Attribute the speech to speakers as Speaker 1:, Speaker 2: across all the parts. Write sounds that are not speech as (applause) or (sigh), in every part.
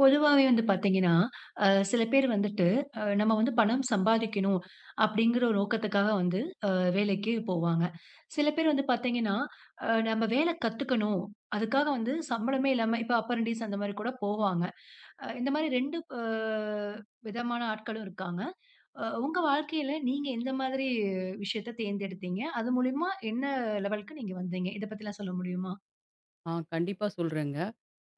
Speaker 1: பொதுவாவே வந்து பார்த்தீங்கன்னா, சில பேர் வந்துட்டு, நம்ம வந்து பணம் சம்பாதிக்கணும் அப்படிங்கிற ஒரு நோக்கத்துக்காக வந்து வேலைக்கு போவாங்க. சில பேர் வந்து பார்த்தீங்கன்னா, நம்ம வேலை கத்துக்கணும், அதுக்காக வந்து சம்பளமே இல்லாம இப்ப அப்பரன்டிஸ் அந்த மாரி கூட போவாங்க. இந்த மாரி 2 விதமான ஆட்களும் இருக்காங்க. உங்க வாழ்க்கையில நீங்க எந்த மாதிரி விஷயத்த தேர்ந்தெடுத்தீங்க? அது மூலியமா என்ன லெவலுக்கு நீங்க வந்தீங்க? இத பத்திலாம் சொல்ல முடியுமா?
Speaker 2: ஆ கண்டிப்பா சொல்றேங்க.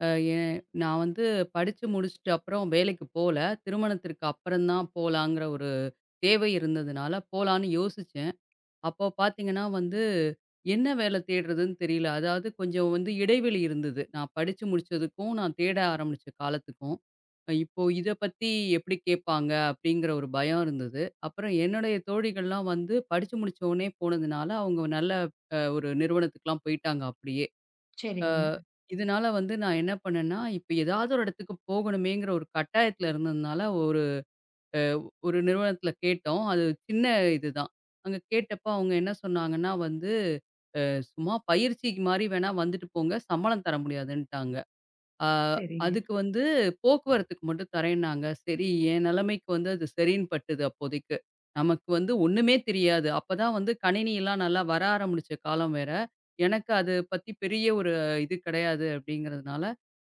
Speaker 2: அ ஏன் நான் வந்து படிச்சு முடிச்சுட்டு அப்புறம் வேலைக்கு போல. திருமணத்திற்கு அப்புறம் தான் போலாங்கிற ஒரு தேவை இருந்ததுனால போலான்னு யோசிச்சேன். அப்போ பார்த்தீங்கன்னா வந்து, என்ன வேலை தேடுறதுன்னு தெரியல. அதாவது கொஞ்சம் வந்து இடைவெளி இருந்தது. நான் படிச்சு முடிச்சதுக்கும், நான் தேட ஆரம்பிச்ச காலத்துக்கும். இப்போ இத பத்தி எப்படி கேட்பாங்க? அப்படிங்கிற ஒரு பயம் இருந்தது. அப்புறம் என்னுடைய தோழிகள்லாம் வந்து படிச்சு முடிச்ச உடனே போனதுனால, அவங்க நல்ல ஒரு நிறுவனத்துக்குலாம் போயிட்டாங்க அப்படியே. அ
Speaker 1: சரிங்க,
Speaker 2: இதனால வந்து நான் என்ன பண்ணேன்னா, இப்ப ஏதாவது ஒரு இடத்துக்கு போகணுமேங்கிற ஒரு கட்டாயத்துல இருந்ததுனால, ஒரு ஒரு நிறுவனத்துல கேட்டோம். அது சின்ன இதுதான். அங்க கேட்டப்ப அவங்க என்ன சொன்னாங்கன்னா வந்து, சும்மா பயிற்சிக்கு மாரி வேணா வந்துட்டு போங்க, சம்பளம் தர முடியாதுன்ட்டாங்க." ஆ
Speaker 1: சரிங்க.
Speaker 2: அதுக்கு வந்து போக்குவரத்துக்கு மட்டும் தரேன்னாங்க. சரி, என் நிலைமைக்கு வந்து அது சரின்னு பட்டுது அப்போதைக்கு. நமக்கு வந்து ஒண்ணுமே தெரியாது. அப்பதான் வந்து கணினிலாம் நல்லா வர ஆரம்பிச்ச காலம் வேற. எனக்கு அது பத்தி பெரிய ஒரு இது கிடையாது அப்படிங்கிறதுனால,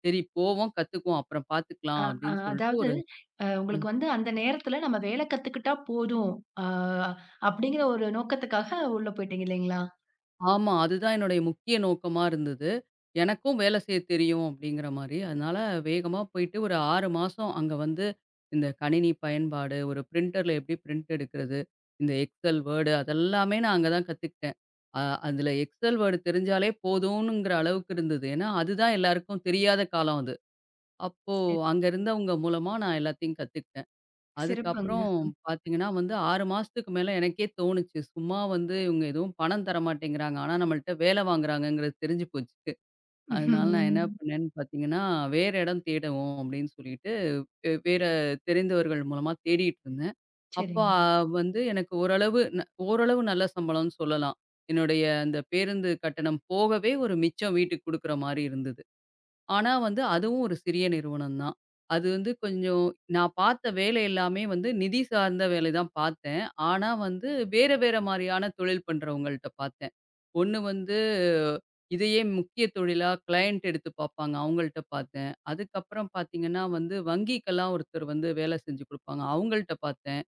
Speaker 2: சரி போவோம், கத்துக்குவோம், அப்புறம்
Speaker 1: அ,
Speaker 2: பார்த்துக்கலாம்
Speaker 1: அ
Speaker 2: அப்படின்னு சொல்லிட்டு
Speaker 1: அதாவது
Speaker 2: ஒரு
Speaker 1: உங்களுக்கு வந்து அந்த நேரத்துல நம்ம வேல கத்துக்கிட்டா போதும். அ அப்படிங்கிற ஒரு நோக்கத்துக்காக உள்ள போயிட்டீங்க இல்லைங்களா?
Speaker 2: ஆமா. அதுதான் என்னுடைய முக்கிய நோக்கமா இருந்தது. எனக்கும் வேலை செய்ய தெரியும் அப்படிங்கிற மாரி. அதனால வேகமா போயிட்டு ஒரு 6 மாசம் அங்க வந்து இந்த கணினி பயன்பாடு, ஒரு பிரிண்டர்ல எப்படி பிரிண்ட் எடுக்கிறது, இந்த எக்ஸல், வேர்டு அதெல்லாமே நான் அங்க தான் கத்துக்கிட்டேன். அ அதுல எக்ஸல், வேர்டு தெரிஞ்சாலே போதும்ங்கிற அளவுக்கு இருந்தது. ஏன்னா, அதுதான் எல்லாருக்கும் தெரியாத காலம் அது. அப்போ
Speaker 1: சரி.
Speaker 2: அங்க இருந்தவங்க மூலமா நான் எல்லாத்தையும் கத்துக்கிட்டேன்.
Speaker 1: சிறப்புங்க.
Speaker 2: அதுக்கப்புறம் பார்த்தீங்கன்னா வந்து 6 மாசத்துக்கு மேல எனக்கே தோணுச்சு. சும்மா வந்து இவங்க எதுவும் பணம் தர மாட்டேங்கிறாங்க. ஆனா நம்மள்ட்ட வேலை வாங்குறாங்கங்கிறது தெரிஞ்சு போச்சு. அதனால நான் என்ன
Speaker 1: ம்.
Speaker 2: பண்ணேன்னு பார்த்தீங்கன்னா, வேற இடம் தேடுவோம் அப்படின்னு சொல்லிட்டு, வேற தெரிந்தவர்கள் மூலமா தேடிட்டு இருந்தேன். அப்போ
Speaker 1: சரிங்க.
Speaker 2: வந்து எனக்கு ஓரளவு ஓரளவு நல்ல சம்பளம்னு சொல்லலாம். என்னுடைய அந்த பேருந்து கட்டணம் போகவே ஒரு மிச்சம் வீட்டுக்கு குடுக்குற மாரி இருந்தது. ஆனா வந்து அதுவும் ஒரு சிறிய நிறுவனம் தான். அது வந்து கொஞ்சம் நான் பார்த்த வேலை எல்லாமே வந்து நிதி சார்ந்த வேலை தான் பார்த்தேன். ஆனா வந்து வேற வேற மாரியான தொழில் பண்றவங்கள்ட்ட பார்த்தேன். ஒண்ணு வந்து இதையே முக்கிய தொழிலா கிளையண்ட் எடுத்து பார்ப்பாங்க. அவங்கள்ட்ட பார்த்தேன். அதுக்கப்புறம் பார்த்தீங்கன்னா வந்து வங்கிக்கெல்லாம் ஒருத்தர் வந்து வேலை செஞ்சு குடுப்பாங்க. அவங்கள்ட்ட பார்த்தேன்.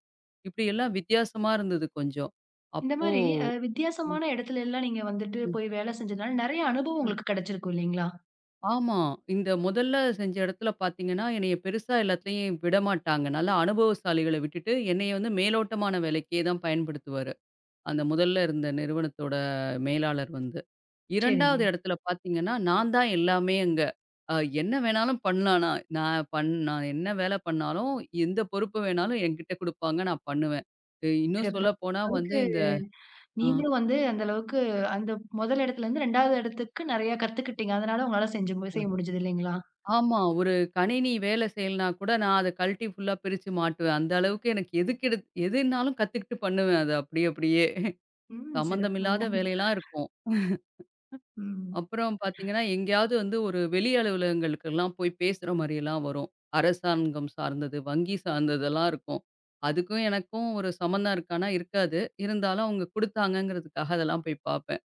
Speaker 2: இப்படி எல்லாம் வித்தியாசமா இருந்தது கொஞ்சம்.
Speaker 1: இந்த
Speaker 2: அப்போ
Speaker 1: மாரி வித்தியாசமான இடத்துல எல்லாம் நீங்க வந்துட்டு
Speaker 2: ம்.
Speaker 1: போய் வேல செஞ்சதுனால நெறைய அனுபவம் உங்களுக்கு கிடைச்சிருக்கும் இல்லைங்களா?
Speaker 2: ஆமா. இந்த முதல்ல செஞ்ச இடத்துல பார்த்தீங்கன்னா, என்னைய பெருசா எல்லாத்துலயும் விடமாட்டாங்க. நல்லா அனுபவசாலிகள விட்டுட்டு, என்னைய வந்து மேலோட்டமான வேலைக்கே தான் பயன்படுத்துவாரு. அந்த முதல்ல இருந்த நிறுவனத்தோட மேலாளர் வந்து.
Speaker 1: சரிங்க.
Speaker 2: 2வது இடத்துல பார்த்தீங்கன்னா, நான் தான் எல்லாமே அங்க. அ என்ன வேணாலும் பண்ணலாம் நான். நான் பண் நான் என்ன வேலை பண்ணாலும், எந்த பொறுப்பு வேணாலும் என்கிட்ட குடுப்பாங்க. நான் பண்ணுவேன். இன்னும்
Speaker 1: சிறப்பு.
Speaker 2: சொல்லப்போனா வந்து
Speaker 1: அதுக்கு
Speaker 2: இந்த ஆ.
Speaker 1: நீங்களும் வந்து அந்த அளவுக்கு அந்த முதல் இடத்துல இருந்து 2வது இடத்துக்கு நெறைய கத்துக்கிட்டீங்க. அதனால உங்களால செஞ்சு செய்ய முடிஞ்சது இல்லைங்களா?
Speaker 2: ஆமா. ஒரு கணினி வேலை செய்யலனா கூட நான் அத கழட்டி ஃபுல்லா பிரிச்சு மாட்டுவேன். அந்த அளவுக்கு எனக்கு எதுக்கு எடு எதுனாலும் கத்துக்கிட்டு பண்ணுவேன் அத அப்படியே அப்படியே.
Speaker 1: ம். சிறப்புங்க.
Speaker 2: சம்மந்தமில்லாத வேலையெல்லாம் இருக்கும்.
Speaker 1: ம்.
Speaker 2: அப்புறம் பார்த்தீங்கன்னா, எங்கேயாவது வந்து ஒரு வெளி அலுவலகங்களுக்கெல்லாம் போய் பேசுற மாரியெல்லாம் வரும். அரசாங்கம் சார்ந்தது, வங்கி சார்ந்ததெல்லாம் இருக்கும். அதுக்கும் எனக்கும் ஒரு சம்மந்தம் இருக்கான்னா இருக்காது. இருந்தாலும் அவங்க குடுத்தாங்கங்கிறதுக்காக அதெல்லாம் போய் பார்ப்பேன்.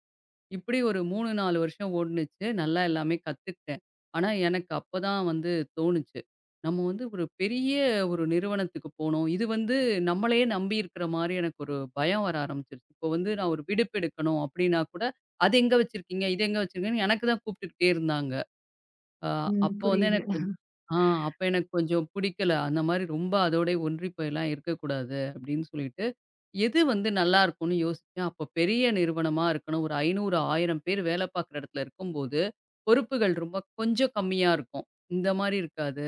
Speaker 2: இப்படி ஒரு 3, 4 வருஷம் ஓடுனுச்சு. நல்லா எல்லாமே கத்துக்கிட்டேன். ஆனா, எனக்கு அப்பதான் வந்து தோணுச்சு. நம்ம வந்து ஒரு பெரிய ஒரு நிறுவனத்துக்கு போணும். இது வந்து நம்மளையே நம்பி இருக்கிற மாரி எனக்கு ஒரு பயம் வர ஆரம்பிச்சுருச்சு. இப்போ வந்து நான் ஒரு விடுப்பு எடுக்கணும் அப்படின்னா கூட, "அது எங்க வச்சிருக்கீங்க? இது எங்க வச்சிருக்கீங்கன்னு?" எனக்கு தான் கூப்பிட்டுக்கிட்டே இருந்தாங்க. அ
Speaker 1: ம்.
Speaker 2: அப்போ வந்து
Speaker 1: புரியுது.
Speaker 2: எனக்கு கொஞ்சம் ஆ அப்ப எனக்கு கொஞ்சம் பிடிக்கல. அந்த மாரி ரொம்ப அதோட ஒன்றி போயெல்லாம் இருக்கக்கூடாது அப்படின்னு சொல்லிட்டு எது வந்து நல்லா இருக்கும்னு யோசிச்சேன். அப்போ பெரிய நிறுவனமா இருக்கணும். ஒரு 500, 1000 பேர் வேலை பார்க்குற இடத்துல இருக்கும்போது, பொறுப்புகள் ரொம்ப கொஞ்சம் கம்மியா இருக்கும். இந்த மாரி இருக்காது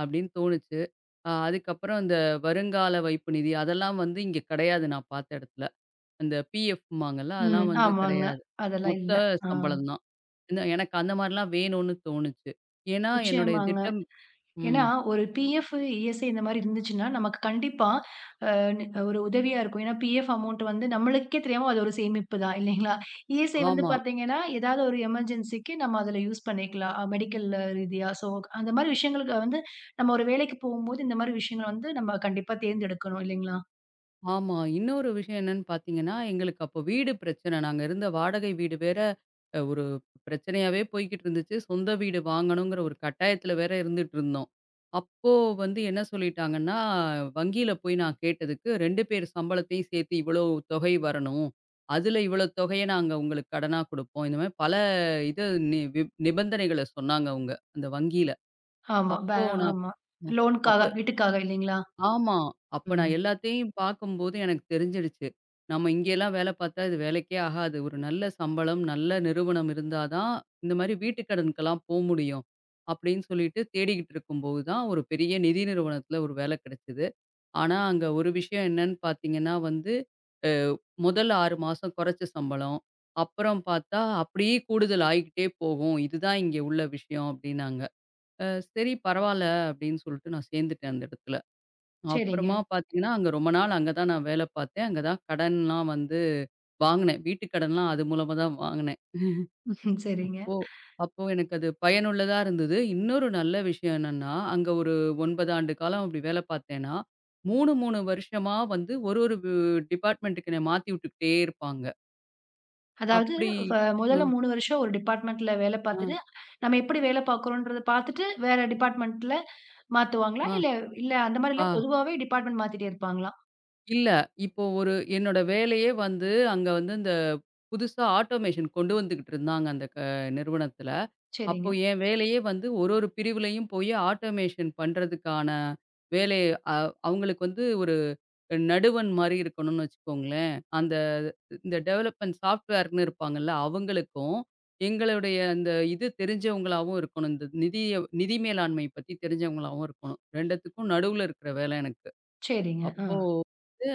Speaker 2: அப்படின்னு தோணுச்சு. அதுக்கப்புறம் இந்த வருங்கால வைப்பு நிதி அதெல்லாம் வந்து இங்க கிடையாது நான் பார்த்த இடத்துல. அந்த பிஎஃப்ம்பாங்கல்ல
Speaker 1: ம்.
Speaker 2: அதெல்லாம் வந்து
Speaker 1: ஆமாங்க.
Speaker 2: கிடையாது.
Speaker 1: அதெல்லாம்
Speaker 2: மொத்த
Speaker 1: இல்ல. ஆ.
Speaker 2: சம்பளம் தான். என்ன எனக்கு அந்த மாரிலாம் வேணும்னு தோணுச்சு. ஏன்னா என்னுடைய
Speaker 1: நிச்சயமாங்க.
Speaker 2: திட்டம்
Speaker 1: ஏன்னா,
Speaker 2: ம்.
Speaker 1: ஒரு பிஎஃப், இஎஸ்ஐ இந்த மாரி இருந்துச்சுன்னா, நமக்கு கண்டிப்பா அ நி ஒரு உதவியா இருக்கும். ஏன்னா, பிஎஃப் அமௌண்ட் வந்து நம்மளுக்கே தெரியாம அது ஒரு சேமிப்பு தான் இல்லைங்களா? இஎஸ்ஐ வந்து
Speaker 2: ஆமா.
Speaker 1: பார்த்தீங்கன்னா, ஏதாவது ஒரு எமர்ஜென்சிக்கு நம்ம அதில யூஸ் பண்ணிக்கலாம். மெடிக்கல் ரீதியா. ஸோ, அந்த மாரி விஷயங்களுக்கு வந்து நம்ம ஒரு வேலைக்கு போகும்போது இந்த மாரி விஷயங்கள வந்து நம்ம கண்டிப்பா தேர்ந்தெடுக்கணும் இல்லைங்களா?
Speaker 2: ஆமா. இன்னொரு விஷயம் என்னன்னு பார்த்தீங்கன்னா, எங்களுக்கு அப்போ வீடு பிரச்சனை. நாங்க இருந்த வாடகை வீடு வேற ஒரு பிரச்சனையாவே போய்க்கிட்டு இருந்துச்சு. சொந்த வீடு வாங்கணுங்கிற ஒரு கட்டாயத்தில வேற இருந்துட்டு இருந்தோம். அப்போ வந்து என்ன சொல்லிட்டாங்கன்னா, வங்கியில போய் நான் கேட்டதுக்கு 2 பேர் சம்பளத்தையும் சேர்த்து இவ்வளோ தொகை வரணும். அதில இவ்வளோ தொகைய நாங்க உங்களுக்கு கடனா குடுப்போம். இந்த மாரி பல இது நி நிபந்தனைகள சொன்னாங்க அவங்க, அந்த வங்கியில.
Speaker 1: ஆமா.
Speaker 2: அப்போ நான்
Speaker 1: ஆமா.
Speaker 2: அ அப்ப
Speaker 1: லோனுக்காக, வீட்டுக்காக இல்லைங்களா?
Speaker 2: ஆமா. அப்ப நான்
Speaker 1: ம்.
Speaker 2: எல்லாத்தையும் பார்க்கும்போது எனக்கு தெரிஞ்சிடுச்சு. நம்ம இங்கேலாம் வேல பார்த்தா இது வேலைக்கே ஆகாது. ஒரு நல்ல சம்பளம், நல்ல நிறுவனம் இருந்தா தான், இந்த மாரி வீட்டு கடனுக்கெல்லாம் போ முடியும். அப்படின்னு சொல்லிட்டு தேடிக்கிட்டு இருக்கும்போது தான் ஒரு பெரிய நிதி நிறுவனத்தில ஒரு வேல கிடைச்சது. ஆனா அங்க ஒரு விஷயம் என்னன்னு பார்த்தீங்கன்னா வந்து, அ முதல் 6 மாசம் குறைச்ச சம்பளம். அப்புறம் பார்த்தா அப்படியே கூடுதல் ஆயிக்கிட்டே போகும். இதுதான் இங்கே உள்ள விஷயம் அப்படின்னாங்க. அ சரி பரவால்ல அப்படின்னு சொல்லிட்டு நான் சேர்ந்துட்டேன் அந்த இடத்துல.
Speaker 1: சரிங்க.
Speaker 2: அப்புறமா பார்த்தீங்கன்னா, அங்க ரொம்ப நாள் அங்க தான் நான் வேலை பார்த்தேன். அங்க தான் கடன்லாம் வந்து வாங்குனேன். வீட்டு கடன்லாம் அது மூலமா தான் வாங்குனேன்.
Speaker 1: (laughs) சரிங்க.
Speaker 2: அப்போ அப்போ எனக்கு அது பயனுள்ளதா இருந்தது. இன்னொரு நல்ல விஷயம் என்னன்னா, அங்க ஒரு 9 ஆண்டு காலம் அப்படி வேலை பார்த்தேன்னா, 3, 3 வருஷமா வந்து ஒரு ஒரு டிபார்ட்மென்ட்டுக்கு என்னை மாத்தி விட்டுக்கிட்டே இருப்பாங்க.
Speaker 1: அதாவது
Speaker 2: அப்படி
Speaker 1: வ முதல்ல
Speaker 2: அ,
Speaker 1: 3 வருஷம் ஒரு டிபார்ட்மென்ட்ல வேல
Speaker 2: அ,
Speaker 1: பார்த்துட்டு, நம்ம எப்படி வேல பார்க்குறோன்றத பார்த்துட்டு, வேற டிபார்ட்மென்ட்ல மாத்துவாங்களா?
Speaker 2: அ,
Speaker 1: இல்ல இல்ல அந்த மாரி இல்ல.
Speaker 2: ஆ
Speaker 1: பொதுவாவே டிபார்ட்மென்ட் மாத்திட்டே இருப்பாங்களா?
Speaker 2: இல்ல. இப்போ ஒரு என்னோட வேலையே வந்து அங்க வந்து இந்த புதுசா ஆட்டோமேஷன் கொண்டு வந்துகிட்டு இருந்தாங்க அந்த நிறுவனத்துல.
Speaker 1: சரிங்க,
Speaker 2: அப்போ என் வேலையே வந்து ஒரு ஒரு பிரிவுலயும் போய் ஆட்டோமேஷன் பண்றதுக்கான வேலை அ அவங்களுக்கு வந்து ஒரு நடுவன் மாரி இருக்கணும்னு வச்சுக்கோங்களேன். அந்த இந்த டெவலப்மெண்ட் சாஃப்ட்வேர்ன்னு இருப்பாங்கல்ல, அவங்களுக்கும் எங்களுடைய அந்த இது தெரிஞ்சவங்களாவும் இருக்கணும். இந்த நிதி மேலாண்மை பத்தி தெரிஞ்சவங்களாவும் இருக்கணும். 2த்துக்கும் நடுவுல இருக்கிற வேலை எனக்கு.
Speaker 1: சரிங்க. ஆ,
Speaker 2: அப்போ அ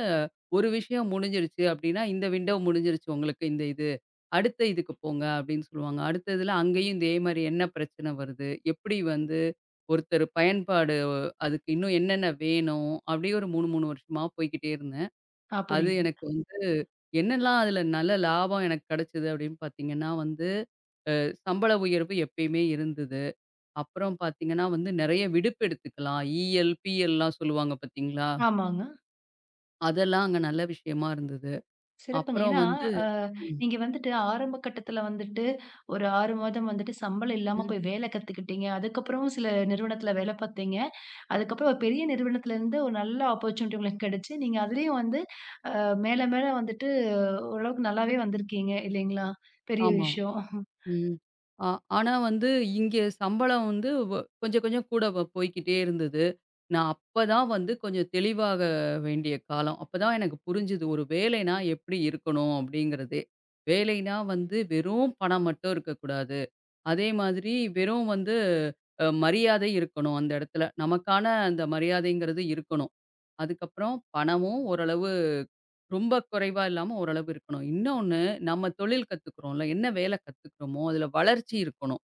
Speaker 2: ஒரு விஷயம் முடிஞ்சிருச்சு அப்டின்னா, இந்த விண்டோ முடிஞ்சிருச்சு உங்களுக்கு இந்த இது. அடுத்த இதுக்கு போங்க அப்டின்னு சொல்லுவாங்க. அடுத்த இதுல அங்கேயும் இதே மாரி என்ன பிரச்சனை வருது? எப்படி வந்து ஒருத்தர் பயன்பாடு அதுக்கு இன்னும் என்னென்ன வேணும்? அப்டியே ஒரு 3, 3 வருஷமா போய்க்கிட்டே இருந்தேன்.
Speaker 1: ஆ
Speaker 2: அது
Speaker 1: புரியுது.
Speaker 2: எனக்கு வந்து என்னலாம் அதுல நல்ல லாபம் எனக்கு கிடைச்சது அப்டின்னு பார்த்தீங்கன்னா வந்து, அ சம்பள உயர்வு எப்பயுமே இருந்தது. அப்புறம் பார்த்தீங்கன்னா வந்து நெறைய விடுப்பு எடுத்துக்கலாம். இஎல், பிஎல்லாம் சொல்லுவாங்க பார்த்தீங்களா?
Speaker 1: ஆமாங்க.
Speaker 2: அதெல்லாம் அங்க நல்ல விஷயமா இருந்தது.
Speaker 1: சிறப்புங்க.
Speaker 2: அப்புறம்
Speaker 1: ஏன்னா,
Speaker 2: வந்து
Speaker 1: அ
Speaker 2: ம்.
Speaker 1: நீங்க வந்துட்டு ஆரம்ப கட்டத்துல வந்துட்டு ஒரு 6 மாதம் வந்துட்டு சம்பளம் இல்லாம
Speaker 2: ம்.
Speaker 1: போய் வேல கத்துக்கிட்டீங்க. அதுக்கப்புறமும் சில நிறுவனத்துல வேல பார்த்தீங்க. அதுக்கப்புறம் ஒரு பெரிய நிறுவனத்துலருந்து ஒரு நல்ல ஆப்பர்ச்சுனிட்டி உங்களுக்கு கிடைச்சு, நீங்க அதுலயும் வந்து மேல மேல வந்துட்டு ஓரளவுக்கு நல்லாவே வந்திருக்கீங்க இல்லைங்களா? பெரிய
Speaker 2: ஆமா.
Speaker 1: விஷயம்.
Speaker 2: ம். ஆ ஆனா வந்து இங்கே சம்பளம் வந்து கொஞ்சம் கொஞ்சம் கூட போய்க்கிட்டே இருந்தது. நான் அப்பதான் வந்து கொஞ்சம் தெளிவாக வேண்டிய காலம். அப்பதான் எனக்கு புரிஞ்சது ஒரு வேலைனா எப்படி இருக்கணும் அப்படிங்கிறதே. வேலைனா வந்து வெறும் பணம் மட்டும் இருக்கக்கூடாது. அதே மாதிரி வெறும் வந்து மரியாதை இருக்கணும் அந்த இடத்துல. நமக்கான அந்த மரியாதைங்கிறது இருக்கணும். அதுக்கப்புறம் பணமும் ஓரளவு ரொம்ப குறைவா இல்லாம ஓரளவு இருக்கணும். இன்னொன்னு நம்ம தொழில் கத்துக்கிறோம்ல, என்ன வேல கத்துக்கிறோமோ, அதுல வளர்ச்சி இருக்கணும்.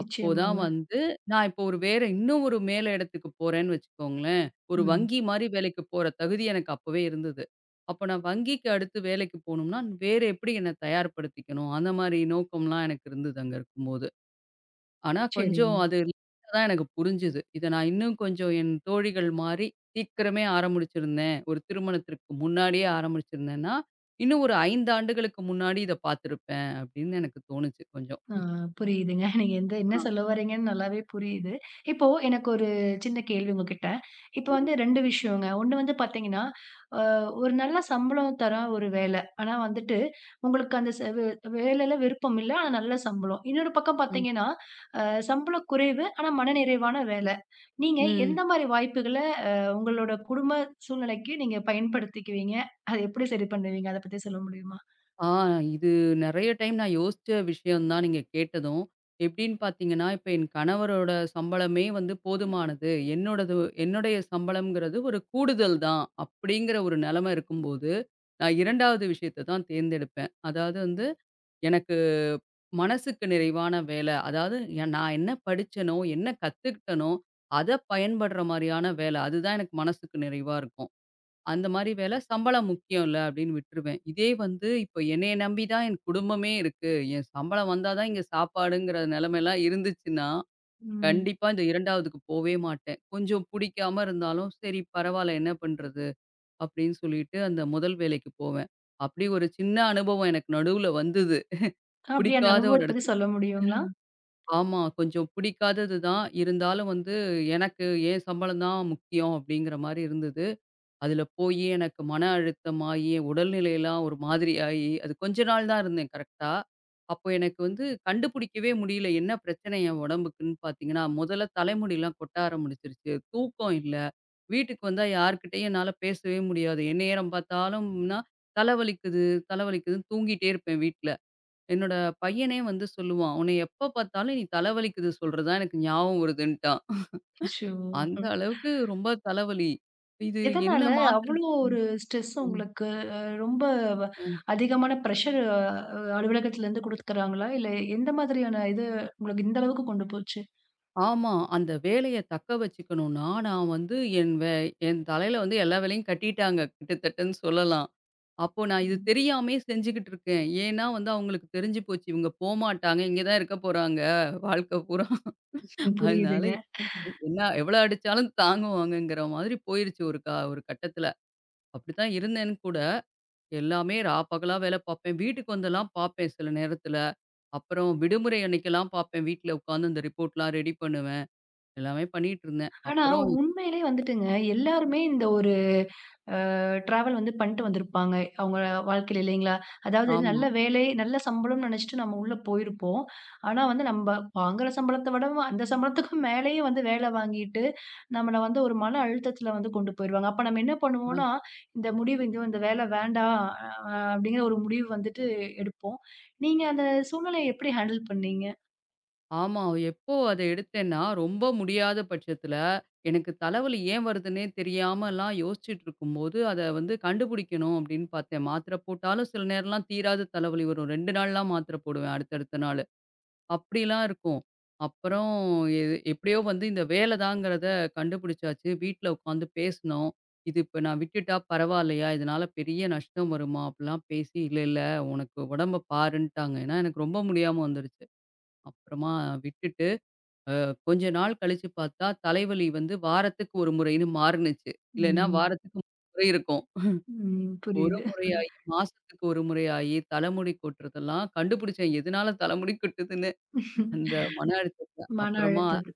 Speaker 2: அப்போதான் வந்து நான் இப்போ ஒரு வேற இன்னும் ஒரு மேல இடத்துக்கு போறேன்னு வச்சுக்கோங்களேன், ஒரு
Speaker 1: ம்.
Speaker 2: வங்கி மாரி வேலைக்கு போற தகுதி எனக்கு அப்பவே இருந்தது. அப்ப நான் வங்கிக்கு அடுத்து வேலைக்கு போணும்னா, வேற எப்படி என்ன தயார்படுத்திக்கணும்? அந்த மாரி நோக்கம்லாம் எனக்கு இருந்தது அங்க இருக்கும்போது. ஆனா,
Speaker 1: சரிங்க.
Speaker 2: கொஞ்சம் அது லேட்டா தான் எனக்கு புரிஞ்சுது. இத நான் இன்னும் கொஞ்சம் என் தோழிகள் மாரி சீக்கிரமே ஆரம்பிச்சிருந்தேன். ஒரு திருமணத்திற்கு முன்னாடியே ஆரம்பிச்சிருந்தேன்னா, இன்னும் ஒரு 5 ஆண்டுகளுக்கு முன்னாடி இத பார்த்திருப்பேன் அப்படின்னு எனக்கு தோணுச்சு கொஞ்சம்.
Speaker 1: ஆ புரியுதுங்க. (laughs) நீங்க எந்த என்ன
Speaker 2: ஆ.
Speaker 1: சொல்ல வரீங்கன்னு நல்லாவே புரியுது. இப்போ எனக்கு ஒரு சின்ன கேள்வி உங்ககிட்ட. இப்போ
Speaker 2: ம்,
Speaker 1: வந்து 2 விஷயங்க. ஒண்ணு வந்து பார்த்தீங்கன்னா, அ ஒரு நல்ல சம்பளம் தர ஒரு வேலை. ஆனா வந்துட்டு உங்களுக்கு அந்த ச வே வேலையில விருப்பம் இல்ல. ஆனா நல்ல சம்பளம். இன்னொரு பக்கம்
Speaker 2: ம்,
Speaker 1: பார்த்தீங்கன்னா, அ சம்பளம் குறைவு. ஆனா மனநிறைவான வேலை. நீங்க
Speaker 2: ம்.
Speaker 1: எந்த மாரி வாய்ப்புகள அ உங்களோட குடும்ப சூழ்நிலைக்கு நீங்க பயன்படுத்திக்குவீங்க? அத எப்படி சரி பண்ணுவீங்க? அத பத்தி சொல்ல முடியுமா?
Speaker 2: ஆ இது நெறைய டைம் நான் யோசிச்ச விஷயம் தான் நீங்க கேட்டதும். எப்படின்னு பார்த்தீங்கன்னா, இப்ப என் கணவரோட சம்பளமே வந்து போதுமானது. என்னுடைய சம்பளம்ங்கிறது ஒரு கூடுதல் தான் அப்படிங்கிற ஒரு நெலைமை இருக்கும்போது, நான் 2வது விஷயத்த தான் தேர்ந்தெடுப்பேன். அதாவது வந்து எனக்கு மனசுக்கு நிறைவான வேலை. அதாவது நான் என்ன படிச்சேனோ, என்ன கத்துக்கிட்டேனோ, அத பயன்படுற மாரியான வேலை. அதுதான் எனக்கு மனசுக்கு நிறைவா இருக்கும். அந்த மாரி வேல, சம்பளம் முக்கியம் இல்ல அப்டின்னு விட்டுருவேன். இதே வந்து இப்ப என்னைய நம்பி தான் என் குடும்பமே இருக்கு. என் சம்பளம் வந்தா தான் இங்க சாப்பாடுங்கிற நெலைமைலாம் இருந்துச்சுன்னா,
Speaker 1: ம்.
Speaker 2: கண்டிப்பா இந்த 2வதுக்கு போவே மாட்டேன். கொஞ்சம் புடிக்காம இருந்தாலும், சரி பரவால்ல என்ன பண்றது? அப்டின்னு சொல்லிட்டு அந்த முதல் வேலைக்கு போவேன். அப்டி ஒரு சின்ன அனுபவம் எனக்கு நடுவுல வந்தது.
Speaker 1: அப்படியா அந்த
Speaker 2: பிடிக்காத ஒரு
Speaker 1: அனுபவத்த பத்தி
Speaker 2: இடத்துக்கு
Speaker 1: சொல்ல முடியுங்களா?
Speaker 2: ஆமா. கொஞ்சம் பிடிக்காதது தான். இருந்தாலும் வந்து எனக்கு என் சம்பளம் தான் முக்கியம் அப்டிங்கிற மாரி இருந்தது. அதில போயி எனக்கு மன அழுத்தமாயி, உடல்நிலைலாம் ஒரு மாதிரி ஆயி, அது கொஞ்ச நாள் தான் இருந்தேன் கரெக்ட்டா. அப்போ எனக்கு வந்து கண்டுபிடிக்கவே முடியல. என்ன பிரச்சனை என் உடம்புக்குன்னு பார்த்தீங்கன்னா, முதல்ல தலைமுடிலாம் கொட்ட ஆரம்பிச்சிருச்சு. தூக்கம் இல்ல. வீட்டுக்கு வந்தா யார்கிட்டயும் என்னால பேசவே முடியாது. என் நேரம் பார்த்தாலும்னா, தலை வலிக்குது, தலை வலிக்குதுன்னு தூங்கிட்டே இருப்பேன் வீட்ல. என்னோட பையனே வந்து சொல்லுவான், "உன்னைய எப்ப பார்த்தாலும் நீ தலை வலிக்குது சொல்றது தான் எனக்கு ஞாபகம் வருதுன்ட்டான்."
Speaker 1: அச்சோ!
Speaker 2: அந்த
Speaker 1: ம்.
Speaker 2: அளவுக்கு ரொம்ப தலைவலி. இது என்ன
Speaker 1: எதனால
Speaker 2: மாத்திர
Speaker 1: அவ்ளோ ஒரு ஸ்ட்ரெஸ்
Speaker 2: ம்.
Speaker 1: உங்களுக்கு? அ ரொம்ப வ
Speaker 2: ம்.
Speaker 1: அதிகமான பிரஷர் அலுவலகத்துலருந்து குடுக்குறாங்களா? இல்ல எந்த மாதிரியான இது உங்களுக்கு இந்த அளவுக்கு கொண்டு போச்சு?
Speaker 2: ஆமா. அந்த வேலைய தக்க வச்சுக்கணும்னா, நான் வந்து என் தலையில வந்து எல்லா வேலையும் கட்டிட்டாங்க கிட்டத்தட்டன்னு சொல்லலாம். அப்போ நான் இது
Speaker 1: ம்.
Speaker 2: தெரியாமயே செஞ்சுகிட்டு இருக்கேன். ஏன்னா வந்து அவங்களுக்கு தெரிஞ்சு போச்சு. இவங்க போமாட்டாங்க. இங்க தான் இருக்க போறாங்க வாழ்க்கை பூரா. அதனால
Speaker 1: புரியுதுங்க.
Speaker 2: என்ன எவ்வளோ அடிச்சாலும் தாங்குவாங்கங்கிற மாதிரி போயிருச்சு ஒரு கட்டத்தில. அப்படித்தான் இருந்தேன்னு கூட. எல்லாமே ராப்பகலா வேலை பார்ப்பேன். வீட்டுக்கு வந்தெல்லாம் பார்ப்பேன் சில நேரத்தில. அப்புறம் விடுமுறை அன்னைக்கெல்லாம் பார்ப்பேன். வீட்ல உட்காந்து அந்த ரிப்போர்ட்லாம் ரெடி பண்ணுவேன். எல்லாமே பண்ணிட்டுருந்தேன்.
Speaker 1: ஆனா
Speaker 2: அப்புறம்
Speaker 1: உண்மையிலே வந்துட்டுங்க எல்லாருமே இந்த ஒரு டிராவல் வந்து பண்ணிட்டு வந்திருப்பாங்க. அவங்க வாழ்க்கையில இல்லைங்களா? அதாவது நல்ல
Speaker 2: ஆமா.
Speaker 1: வேலை, நல்ல சம்பளம்னு நெனைச்சுட்டு நம்ம உள்ள போயிருப்போம். ஆனா வந்து நம்ப வாங்குற சம்பளத்த விடவும் அந்த சம்பளத்துக்கும் மேலேயே வந்து வேலை வாங்கிட்டு, நம்மள வந்து ஒரு மன அழுத்தத்துல வந்து கொண்டு போயிருவாங்க. அப்ப நம்ம என்ன
Speaker 2: அ
Speaker 1: பண்ணுவோம்னா, இந்த முடிவு இந்த இந்த வேலை வேண்டாம் அப்படிங்கிற ஒரு முடிவு வந்துட்டு எடுப்போம். நீங்க அந்த சூழ்நிலைய எப்படி ஹேண்டில் பண்ணீங்க?
Speaker 2: ஆமா. எப்போ அத எடுத்தேன்னா, ரொம்ப முடியாத பட்சத்தில, எனக்கு தலைவலி ஏன் வருதுன்னே தெரியாமலாம் யோசிச்சுட்டுருக்கும்போது, அத வந்து கண்டுபிடிக்கணும் அப்படின்னு பார்த்தேன். மாத்திரை போட்டாலும் சில நேரம்லாம் தீராத தலைவலி வரும். 2 நாள்லாம் மாத்திரை போடுவேன் அடுத்தடுத்த நாள். அப்படிலாம் இருக்கும். அப்புறம் எ எப்படியோ வந்து இந்த வேலை தாங்கிறத கண்டுபிடிச்சாச்சு. வீட்ல உட்காந்து பேசினோம். இது இப்ப நான் விட்டுட்டா பரவாயில்லையா? இதனால பெரிய நஷ்டம் வருமா? அப்படிலாம் பேசி, இல்ல இல்ல உனக்கு உடம்ப பாருன்ட்டாங்க. ஏன்னா எனக்கு ரொம்ப முடியாம வந்துருச்சு. அப்புறமா விட்டுட்டு கொஞ்ச நாள் கழிச்சு பார்த்தா, தலைவலி வந்து வாரத்துக்கு ஒரு முறைன்னு மாறுனுச்சு. இல்லைன்னா
Speaker 1: ம்.
Speaker 2: வாரத்துக்கு 3 முறை இருக்கும்.
Speaker 1: ம்.
Speaker 2: ஒரு
Speaker 1: புரியுது.
Speaker 2: முறையாயி, மாசத்துக்கு ஒரு முறையாயி, தலைமுடி கொட்டுறதெல்லாம் கண்டுபிடிச்சேன். எதனால தலைமுடி கொட்டுதுன்னு? அந்த மன அழுத்தத்த
Speaker 1: மன
Speaker 2: அப்புறமா
Speaker 1: அழுத்தது.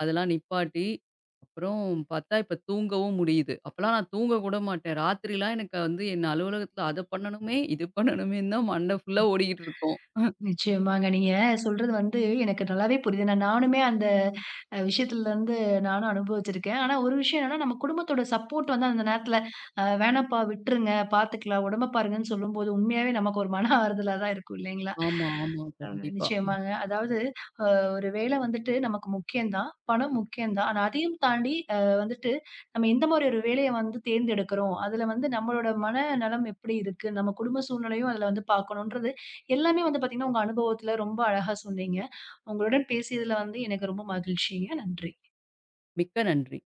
Speaker 2: அதெல்லாம் நிப்பாட்டி, அப்புறம் பார்த்தா இப்ப தூங்கவும் முடியுது. அப்பலாம் நான் தூங்க கூட மாட்டேன். ராத்திரிலாம் எனக்கு வந்து என் அலுவலகத்துல அத பண்ணணுமே, இது பண்ணணுமேன்னு தான் மண்ட ஃபுல்லா ஓடிக்கிட்டு இருக்கும்.
Speaker 1: நிச்சயமாங்க. நீங்க சொல்றது வந்து எனக்கு நல்லாவே புரியுது. நானுமே அந்த விஷயத்துல இருந்து நானும் அனுபவிச்சிருக்கேன். ஆனா ஒரு விஷயம் என்னன்னா, நம்ம குடும்பத்தோட சப்போர்ட் வந்து அந்த நேரத்துல, வேணாம்ப்பா விட்டுருங்க, பாத்துக்கலாம், உடம்ப பாருங்கன்னு சொல்லும்போது உண்மையாவே நமக்கு ஒரு மன ஆறுதலா தான் இருக்கும் இல்லைங்களா?
Speaker 2: ஆமா, ஆமா.
Speaker 1: அ
Speaker 2: கண்டிப்பா.
Speaker 1: நிச்சயமாங்க. அதாவது ஒரு வேலை வந்துட்டு நமக்கு முக்கியம் தான். பணம் முக்கியம் தான். ஆனா அதையும் தாண்டி வந்துட்டு நம்ம எந்த மாரி ஒரு வேலைய வந்து தேர்ந்தெடுக்கிறோம். அதுல வந்து நம்மளோட மனநலம் எப்படி இருக்கு, நம்ம குடும்ப சூழ்நிலையும் அதுல வந்து பாக்கணுன்றது எல்லாமே வந்து பாத்தீங்கன்னா, உங்க அனுபவத்துல ரொம்ப அழகா சொன்னீங்க. உங்களுடன் பேசியதுல வந்து எனக்கு ரொம்ப மகிழ்ச்சிங்க. நன்றி.
Speaker 2: மிக்க நன்றி.